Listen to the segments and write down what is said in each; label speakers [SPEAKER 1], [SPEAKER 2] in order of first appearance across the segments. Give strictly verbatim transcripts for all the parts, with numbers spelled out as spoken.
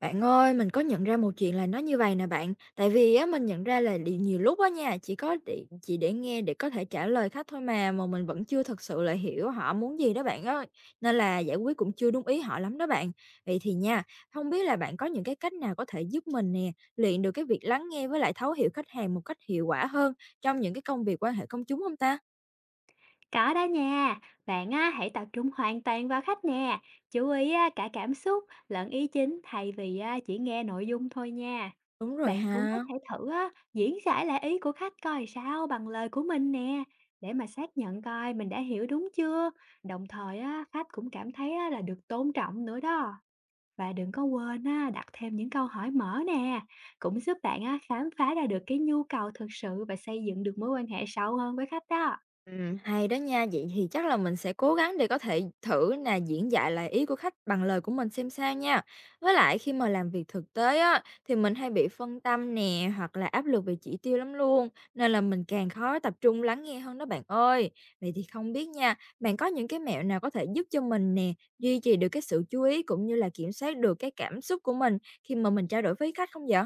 [SPEAKER 1] Bạn ơi, mình có nhận ra một chuyện là nó như vậy nè bạn, tại vì á mình nhận ra là đì nhiều lúc á nha, chỉ có để chỉ để nghe để có thể trả lời khách thôi mà, mà mình vẫn chưa thật sự là hiểu họ muốn gì đó bạn ơi, nên là giải quyết cũng chưa đúng ý họ lắm đó bạn. Vậy thì nha, không biết là bạn có những cái cách nào có thể giúp mình nè, luyện được cái việc lắng nghe với lại thấu hiểu khách hàng một cách hiệu quả hơn trong những cái công việc quan hệ công chúng không ta?
[SPEAKER 2] Có đó nha, bạn á, hãy tập trung hoàn toàn vào khách nè, chú ý á, cả cảm xúc lẫn ý chính thay vì á, chỉ nghe nội dung thôi nha.
[SPEAKER 1] Đúng rồi
[SPEAKER 2] Bạn cũng có
[SPEAKER 1] ha.
[SPEAKER 2] thể thử á, diễn giải lại ý của khách coi sao bằng lời của mình nè, để mà xác nhận coi mình đã hiểu đúng chưa. Đồng thời á, khách cũng cảm thấy á, là được tôn trọng nữa đó. Và đừng có quên á, đặt thêm những câu hỏi mở nè, cũng giúp bạn á, khám phá ra được cái nhu cầu thực sự và xây dựng được mối quan hệ sâu hơn với khách đó.
[SPEAKER 1] Ừm, hay đó nha. Vậy thì chắc là mình sẽ cố gắng để có thể thử là diễn giải lại ý của khách bằng lời của mình xem sao nha. Với lại khi mà làm việc thực tế á, thì mình hay bị phân tâm nè, hoặc là áp lực về chỉ tiêu lắm luôn, nên là mình càng khó tập trung lắng nghe hơn đó bạn ơi. Vậy thì không biết nha, bạn có những cái mẹo nào có thể giúp cho mình nè, duy trì được cái sự chú ý cũng như là kiểm soát được cái cảm xúc của mình khi mà mình trao đổi với khách không vậy?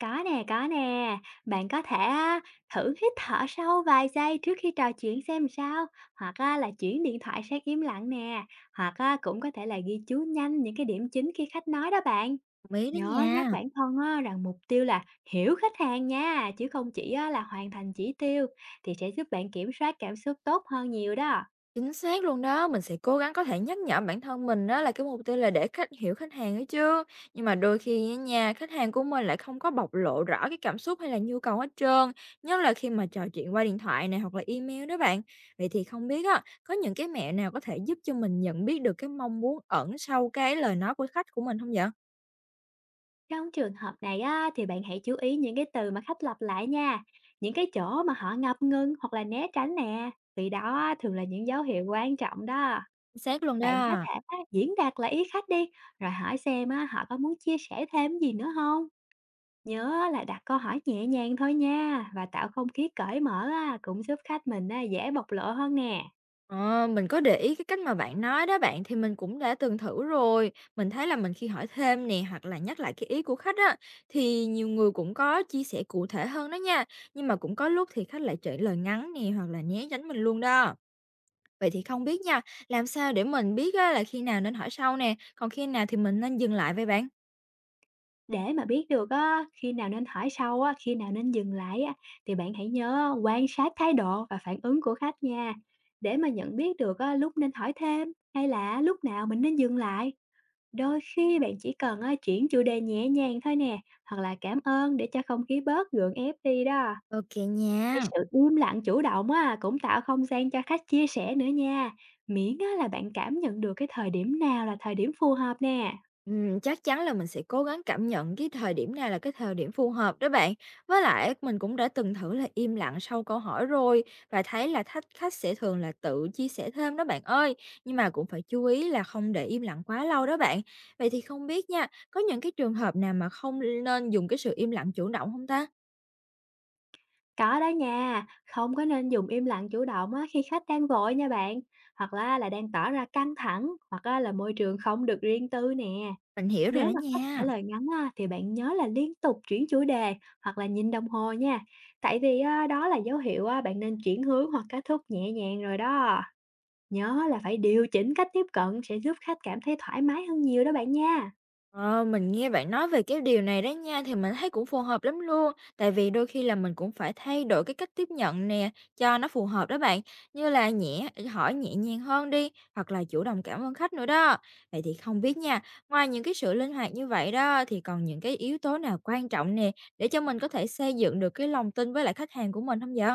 [SPEAKER 2] Có nè, có nè. Bạn có thể á, thử hít thở sâu vài giây trước khi trò chuyện xem sao, hoặc á, là chuyển điện thoại sang im lặng nè, hoặc á, cũng có thể là ghi chú nhanh những cái điểm chính khi khách nói đó bạn.
[SPEAKER 1] Đồng đó
[SPEAKER 2] Nhớ nhắc
[SPEAKER 1] nha.
[SPEAKER 2] bản thân á, rằng mục tiêu là hiểu khách hàng nha, chứ không chỉ á, là hoàn thành chỉ tiêu thì sẽ giúp bạn kiểm soát cảm xúc tốt hơn nhiều đó.
[SPEAKER 1] Chính xác luôn đó, mình sẽ cố gắng có thể nhắc nhở bản thân mình đó là cái mục tiêu là để khách hiểu khách hàng ấy chứ. Nhưng mà đôi khi á nha, khách hàng của mình lại không có bộc lộ rõ cái cảm xúc hay là nhu cầu hết trơn, nhất là khi mà trò chuyện qua điện thoại này hoặc là email đó bạn. Vậy thì không biết á, có những cái mẹo nào có thể giúp cho mình nhận biết được cái mong muốn ẩn sau cái lời nói của khách của mình không vậy?
[SPEAKER 2] Trong trường hợp này á, thì bạn hãy chú ý những cái từ mà khách lặp lại nha, những cái chỗ mà họ ngập ngừng hoặc là né tránh nè, vì đó á, thường là những dấu hiệu quan trọng đó.
[SPEAKER 1] Chính xác luôn
[SPEAKER 2] Bạn có
[SPEAKER 1] đó.
[SPEAKER 2] thể á, diễn đạt lại ý khách đi, rồi hỏi xem á, họ có muốn chia sẻ thêm gì nữa không. Nhớ là đặt câu hỏi nhẹ nhàng thôi nha và tạo không khí cởi mở á, cũng giúp khách mình á, dễ bộc lộ hơn nè.
[SPEAKER 1] Ờ, mình có để ý cái cách mà bạn nói đó bạn thì mình cũng đã từng thử rồi. Mình thấy là mình khi hỏi thêm nè hoặc là nhắc lại cái ý của khách á thì nhiều người cũng có chia sẻ cụ thể hơn đó nha. Nhưng mà cũng có lúc thì khách lại trả lời ngắn nè hoặc là né tránh mình luôn đó. Vậy thì không biết nha, làm sao để mình biết á, là khi nào nên hỏi sau nè, còn khi nào thì mình nên dừng lại với bạn?
[SPEAKER 2] Để mà biết được á, khi nào nên hỏi sâu á, khi nào nên dừng lại á, thì bạn hãy nhớ quan sát thái độ và phản ứng của khách nha. Để mà nhận biết được á, lúc nên hỏi thêm hay là lúc nào mình nên dừng lại. Đôi khi bạn chỉ cần á, chuyển chủ đề nhẹ nhàng thôi nè, hoặc là cảm ơn để cho không khí bớt gượng ép đi đó.
[SPEAKER 1] Ok
[SPEAKER 2] Cái
[SPEAKER 1] nha.
[SPEAKER 2] sự im lặng chủ động á, cũng tạo không gian cho khách chia sẻ nữa nha. Miễn á, là bạn cảm nhận được cái thời điểm nào là thời điểm phù hợp nè.
[SPEAKER 1] Ừm, chắc chắn là mình sẽ cố gắng cảm nhận cái thời điểm này là cái thời điểm phù hợp đó bạn. Với lại mình cũng đã từng thử là im lặng sau câu hỏi rồi và thấy là khách khách sẽ thường là tự chia sẻ thêm đó bạn ơi. Nhưng mà cũng phải chú ý là không để im lặng quá lâu đó bạn. Vậy thì không biết nha, có những cái trường hợp nào mà không nên dùng cái sự im lặng chủ động không ta?
[SPEAKER 2] Có đó nha, không có nên dùng im lặng chủ động á, khi khách đang vội nha bạn, hoặc là là đang tỏ ra căng thẳng, hoặc á, là môi trường không được riêng tư nè.
[SPEAKER 1] Mình hiểu rồi đó
[SPEAKER 2] Nếu mà khách trả
[SPEAKER 1] nha.
[SPEAKER 2] lời ngắn á, thì bạn nhớ là liên tục chuyển chủ đề hoặc là nhìn đồng hồ nha. Tại vì á, đó là dấu hiệu á, bạn nên chuyển hướng hoặc kết thúc nhẹ nhàng rồi đó. Nhớ là phải điều chỉnh cách tiếp cận sẽ giúp khách cảm thấy thoải mái hơn nhiều đó bạn nha.
[SPEAKER 1] Ờ, mình nghe bạn nói về cái điều này đó nha thì mình thấy cũng phù hợp lắm luôn, tại vì đôi khi là mình cũng phải thay đổi cái cách tiếp nhận nè cho nó phù hợp đó bạn, như là nhẹ ừ, hỏi nhẹ nhàng hơn đi hoặc là chủ động cảm ơn khách nữa đó. Vậy thì không biết nha, ngoài những cái sự linh hoạt như vậy đó thì còn những cái yếu tố nào quan trọng nè để cho mình có thể xây dựng được cái lòng tin với lại khách hàng của mình không vậy?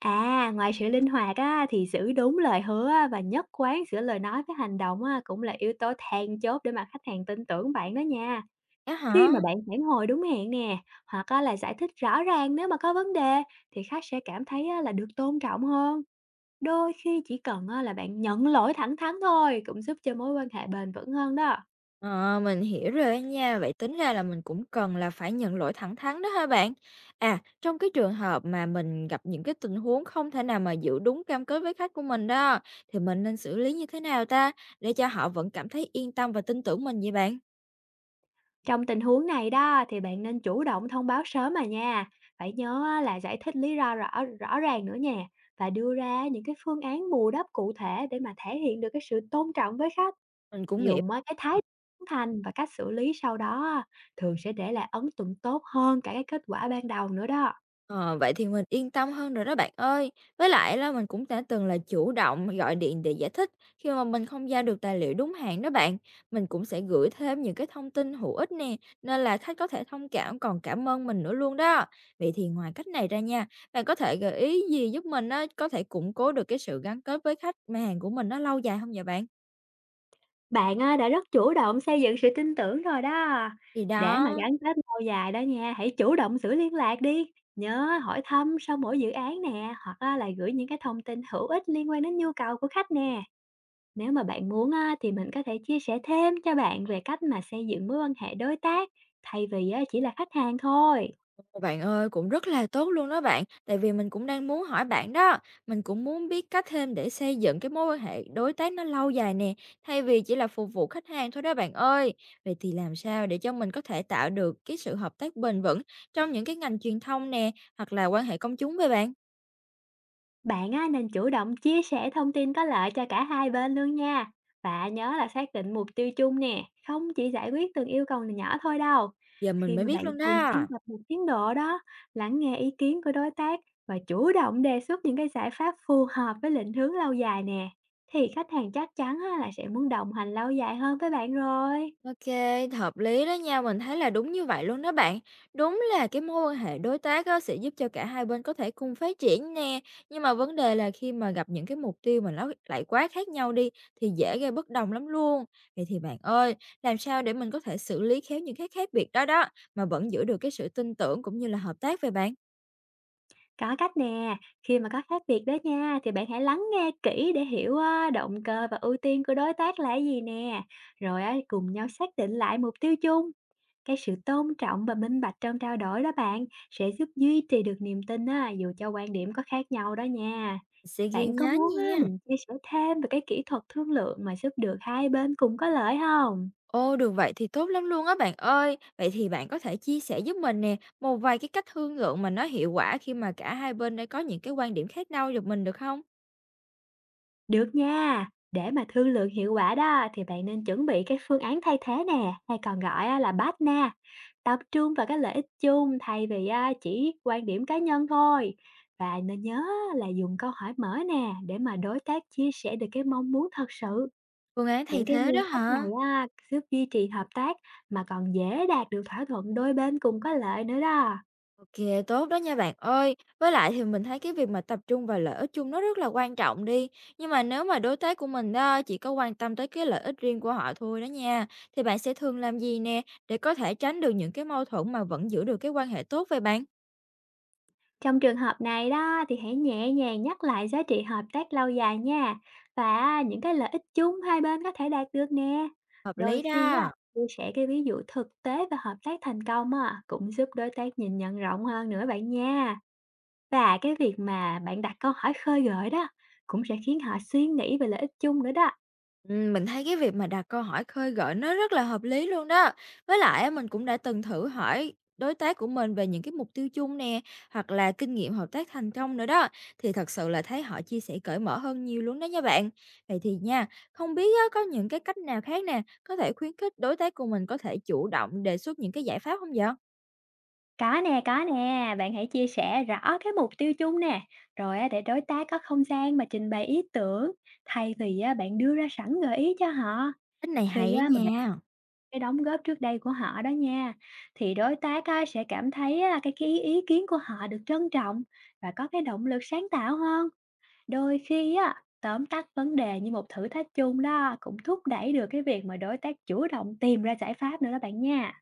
[SPEAKER 2] À, ngoài sự linh hoạt á, thì giữ đúng lời hứa á, và nhất quán giữa lời nói với hành động á, cũng là yếu tố then chốt để mà khách hàng tin tưởng bạn đó nha.
[SPEAKER 1] Dạ
[SPEAKER 2] Khi
[SPEAKER 1] hả?
[SPEAKER 2] mà bạn phản hồi đúng hẹn nè, hoặc á, là giải thích rõ ràng nếu mà có vấn đề, thì khách sẽ cảm thấy á, là được tôn trọng hơn. Đôi khi chỉ cần á, là bạn nhận lỗi thẳng thắn thôi cũng giúp cho mối quan hệ bền vững hơn đó.
[SPEAKER 1] Ờ, mình hiểu rồi á nha, vậy tính ra là mình cũng cần là phải nhận lỗi thẳng thắn đó ha bạn. À, trong cái trường hợp mà mình gặp những cái tình huống không thể nào mà giữ đúng cam kết với khách của mình đó, thì mình nên xử lý như thế nào ta để cho họ vẫn cảm thấy yên tâm và tin tưởng mình vậy bạn?
[SPEAKER 2] Trong tình huống này đó thì bạn nên chủ động thông báo sớm mà nha. Phải nhớ á, là giải thích lý do rõ rõ ràng nữa nè và đưa ra những cái phương án bù đắp cụ thể để mà thể hiện được cái sự tôn trọng với khách.
[SPEAKER 1] Mình cũng nghĩ.
[SPEAKER 2] Dùng á, cái thái độ chân thành và cách xử lý sau đó á, thường sẽ để lại ấn tượng tốt hơn cả cái kết quả ban đầu nữa đó.
[SPEAKER 1] Ờ, vậy thì mình yên tâm hơn rồi đó bạn ơi. Với lại là mình cũng đã từng là chủ động gọi điện để giải thích khi mà mình không giao được tài liệu đúng hạn đó bạn. Mình cũng sẽ gửi thêm những cái thông tin hữu ích nè, nên là khách có thể thông cảm còn cảm ơn mình nữa luôn đó. Vậy thì ngoài cách này ra nha, bạn có thể gợi ý gì giúp mình á, có thể củng cố được cái sự gắn kết với khách hàng của mình nó lâu dài không vậy bạn?
[SPEAKER 2] Bạn, a, đã rất chủ động xây dựng sự tin tưởng rồi đó.
[SPEAKER 1] Thì
[SPEAKER 2] Để mà
[SPEAKER 1] đó.
[SPEAKER 2] gắn kết lâu dài đó nha, hãy chủ động giữ liên lạc đi, nhớ hỏi thăm sau mỗi dự án nè, hoặc á là gửi những cái thông tin hữu ích liên quan đến nhu cầu của khách nè. Nếu mà bạn muốn á, thì mình có thể chia sẻ thêm cho bạn về cách mà xây dựng mối quan hệ đối tác, thay vì á chỉ là khách hàng thôi.
[SPEAKER 1] Ôi, bạn ơi, cũng rất là tốt luôn đó bạn, tại vì mình cũng đang muốn hỏi bạn đó, mình cũng muốn biết cách thêm để xây dựng cái mối quan hệ đối tác nó lâu dài nè, thay vì chỉ là phục vụ khách hàng thôi đó bạn ơi. Vậy thì làm sao để cho mình có thể tạo được cái sự hợp tác bền vững trong những cái ngành truyền thông nè, hoặc là quan hệ công chúng với bạn?
[SPEAKER 2] Bạn á, nên chủ động chia sẻ thông tin có lợi cho cả hai bên luôn nha. Và nhớ là xác định mục tiêu chung nè, không chỉ giải quyết từng yêu cầu nhỏ thôi đâu.
[SPEAKER 1] Giờ mình
[SPEAKER 2] Khi
[SPEAKER 1] mới
[SPEAKER 2] mà bạn
[SPEAKER 1] biết luôn
[SPEAKER 2] thường
[SPEAKER 1] đó.
[SPEAKER 2] xuyên cập nhật tiến độ đó, lắng nghe ý kiến của đối tác và chủ động đề xuất những cái giải pháp phù hợp với định hướng lâu dài nè, thì khách hàng chắc chắn á, là sẽ muốn đồng hành lâu dài hơn với bạn rồi.
[SPEAKER 1] OK, hợp lý đó nha, mình thấy là đúng như vậy luôn đó bạn. Đúng là cái mối quan hệ đối tác á, sẽ giúp cho cả hai bên có thể cùng phát triển nè. Nhưng mà vấn đề là khi mà gặp những cái mục tiêu mà nó lại quá khác nhau đi thì dễ gây bất đồng lắm luôn. Vậy thì bạn ơi, làm sao để mình có thể xử lý khéo những cái khác biệt đó đó mà vẫn giữ được cái sự tin tưởng cũng như là hợp tác về bạn?
[SPEAKER 2] Có cách nè, khi mà có khác biệt đó nha, thì bạn hãy lắng nghe kỹ để hiểu á, động cơ và ưu tiên của đối tác là cái gì nè. Rồi á, cùng nhau xác định lại mục tiêu chung. Cái sự tôn trọng và minh bạch trong trao đổi đó bạn sẽ giúp duy trì được niềm tin á, dù cho quan điểm có khác nhau đó nha.
[SPEAKER 1] Sẽ ghi
[SPEAKER 2] Bạn có
[SPEAKER 1] nhớ
[SPEAKER 2] muốn á,
[SPEAKER 1] nha.
[SPEAKER 2] mình chia sẻ thêm về cái kỹ thuật thương lượng mà giúp được hai bên cùng có lợi không?
[SPEAKER 1] Ô, được vậy thì tốt lắm luôn á bạn ơi. Vậy thì bạn có thể chia sẻ giúp mình nè, một vài cái cách thương lượng mà nó hiệu quả khi mà cả hai bên đã có những cái quan điểm khác nhau giùm mình được không?
[SPEAKER 2] Được nha. Để mà thương lượng hiệu quả đó thì bạn nên chuẩn bị cái phương án thay thế nè, hay còn gọi á, là partner. Tập trung vào cái lợi ích chung thay vì, a, chỉ quan điểm cá nhân thôi. Và nên nhớ là dùng câu hỏi mở nè, để mà đối tác chia sẻ được cái mong muốn thật sự.
[SPEAKER 1] Phương án
[SPEAKER 2] Những
[SPEAKER 1] thay
[SPEAKER 2] cái
[SPEAKER 1] thế
[SPEAKER 2] nguyên
[SPEAKER 1] đó
[SPEAKER 2] tắc
[SPEAKER 1] hả?
[SPEAKER 2] này á, giúp duy trì hợp tác mà còn dễ đạt được thỏa thuận đôi bên cùng có lợi nữa đó.
[SPEAKER 1] Ok, tốt đó nha bạn ơi. Với lại thì mình thấy cái việc mà tập trung vào lợi ích chung nó rất là quan trọng đi. Nhưng mà nếu mà đối tác của mình đó chỉ có quan tâm tới cái lợi ích riêng của họ thôi đó nha, thì bạn sẽ thường làm gì nè để có thể tránh được những cái mâu thuẫn mà vẫn giữ được cái quan hệ tốt vậy bạn?
[SPEAKER 2] Trong trường hợp này đó thì hãy nhẹ nhàng nhắc lại giá trị hợp tác lâu dài nha và những cái lợi ích chung hai bên có thể đạt được nè.
[SPEAKER 1] Hợp
[SPEAKER 2] Đôi
[SPEAKER 1] lý
[SPEAKER 2] khi á,
[SPEAKER 1] đó.
[SPEAKER 2] chia sẻ cái ví dụ thực tế và hợp tác thành công á, cũng giúp đối tác nhìn nhận rộng hơn nữa bạn nha. Và cái việc mà bạn đặt câu hỏi khơi gợi đó cũng sẽ khiến họ suy nghĩ về lợi ích chung nữa đó.
[SPEAKER 1] Ừm, mình thấy cái việc mà đặt câu hỏi khơi gợi nó rất là hợp lý luôn đó. Với lại á, mình cũng đã từng thử hỏi đối tác của mình về những cái mục tiêu chung nè, hoặc là kinh nghiệm hợp tác thành công nữa đó, thì thật sự là thấy họ chia sẻ cởi mở hơn nhiều luôn đó nha bạn. Vậy thì nha, không biết á, có những cái cách nào khác nè, có thể khuyến khích đối tác của mình có thể chủ động đề xuất những cái giải pháp không vậy?
[SPEAKER 2] Có nè, có nè, bạn hãy chia sẻ rõ cái mục tiêu chung nè, rồi á, để đối tác có không gian mà trình bày ý tưởng thay vì á, bạn đưa ra sẵn gợi ý cho họ.
[SPEAKER 1] Cách này hay
[SPEAKER 2] Khi
[SPEAKER 1] á
[SPEAKER 2] á, mà bạn
[SPEAKER 1] nha.
[SPEAKER 2] cái đóng góp trước đây của họ đó nha, thì đối tác á, sẽ cảm thấy á, cái, cái ý kiến của họ được trân trọng và có cái động lực sáng tạo hơn. Đôi khi á, tóm tắt vấn đề như một thử thách chung đó cũng thúc đẩy được cái việc mà đối tác chủ động tìm ra giải pháp nữa đó bạn nha.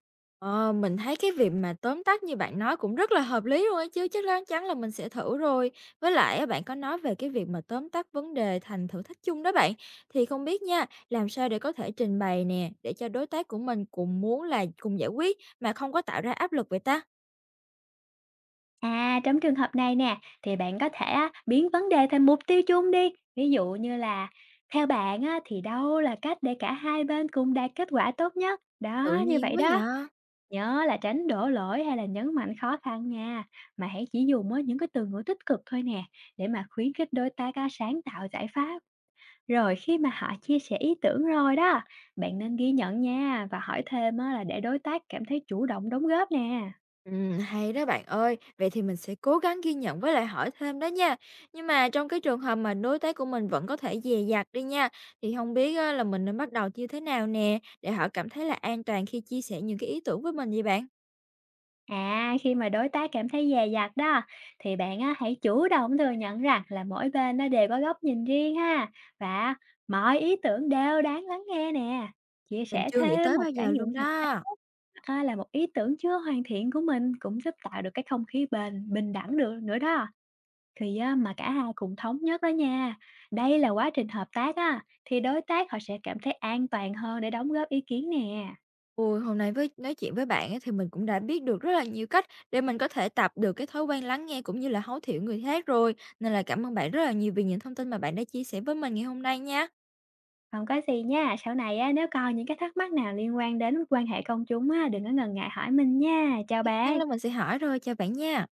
[SPEAKER 1] Ờ, mình thấy cái việc mà tóm tắt như bạn nói cũng rất là hợp lý luôn ấy chứ, chắc lán chắn là mình sẽ thử rồi. Với lại á, bạn có nói về cái việc mà tóm tắt vấn đề thành thử thách chung đó bạn, thì không biết nha, làm sao để có thể trình bày nè, để cho đối tác của mình cùng muốn là cùng giải quyết mà không có tạo ra áp lực vậy ta?
[SPEAKER 2] À, trong trường hợp này nè, thì bạn có thể á, biến vấn đề thành mục tiêu chung đi. Ví dụ như là theo bạn á, thì đâu là cách để cả hai bên cùng đạt kết quả tốt nhất?
[SPEAKER 1] Tự
[SPEAKER 2] Đó, như vậy
[SPEAKER 1] nhiên quá
[SPEAKER 2] đó.
[SPEAKER 1] vậy.
[SPEAKER 2] Nhớ là tránh đổ lỗi hay là nhấn mạnh khó khăn nha, mà hãy chỉ dùng á, những cái từ ngữ tích cực thôi nè, để mà khuyến khích đối tác á, sáng tạo giải pháp. Rồi khi mà họ chia sẻ ý tưởng rồi đó, bạn nên ghi nhận nha và hỏi thêm á, là để đối tác cảm thấy chủ động đóng góp nè.
[SPEAKER 1] Ừm, hay đó bạn ơi, vậy thì mình sẽ cố gắng ghi nhận với lại hỏi thêm đó nha. Nhưng mà trong cái trường hợp mà đối tác của mình vẫn có thể dè dặt đi nha, thì không biết á, là mình nên bắt đầu như thế nào nè để họ cảm thấy là an toàn khi chia sẻ những cái ý tưởng với mình vậy bạn?
[SPEAKER 2] À, khi mà đối tác cảm thấy dè dặt đó, thì bạn á, hãy chủ động thừa nhận rằng là mỗi bên nó đều có góc nhìn riêng ha, và mọi ý tưởng đều đáng lắng nghe nè. Chia
[SPEAKER 1] Mình
[SPEAKER 2] sẻ
[SPEAKER 1] chưa nghĩ
[SPEAKER 2] thêm
[SPEAKER 1] tới
[SPEAKER 2] một
[SPEAKER 1] bao
[SPEAKER 2] trải
[SPEAKER 1] giờ
[SPEAKER 2] nghiệm
[SPEAKER 1] luôn
[SPEAKER 2] thực.
[SPEAKER 1] đó.
[SPEAKER 2] A, là một ý tưởng chưa hoàn thiện của mình cũng giúp tạo được cái không khí bền bình đẳng được nữa đó. Thì á, mà cả hai cùng thống nhất đó nha. Đây là quá trình hợp tác á, thì đối tác họ sẽ cảm thấy an toàn hơn để đóng góp ý kiến nè.
[SPEAKER 1] Ôi, hôm nay với nói chuyện với bạn á, thì mình cũng đã biết được rất là nhiều cách để mình có thể tập được cái thói quen lắng nghe cũng như là hấu thhiểu người khác rồi. Nên là cảm ơn bạn rất là nhiều vì những thông tin mà bạn đã chia sẻ với mình ngày hôm nay nha.
[SPEAKER 2] Không có gì nha, sau này á, nếu còn những cái thắc mắc nào liên quan đến quan hệ công chúng á, đừng có ngần ngại hỏi mình nha. Chào
[SPEAKER 1] Chắc chắn
[SPEAKER 2] bạn.
[SPEAKER 1] là mình sẽ hỏi rồi, chào bạn nha.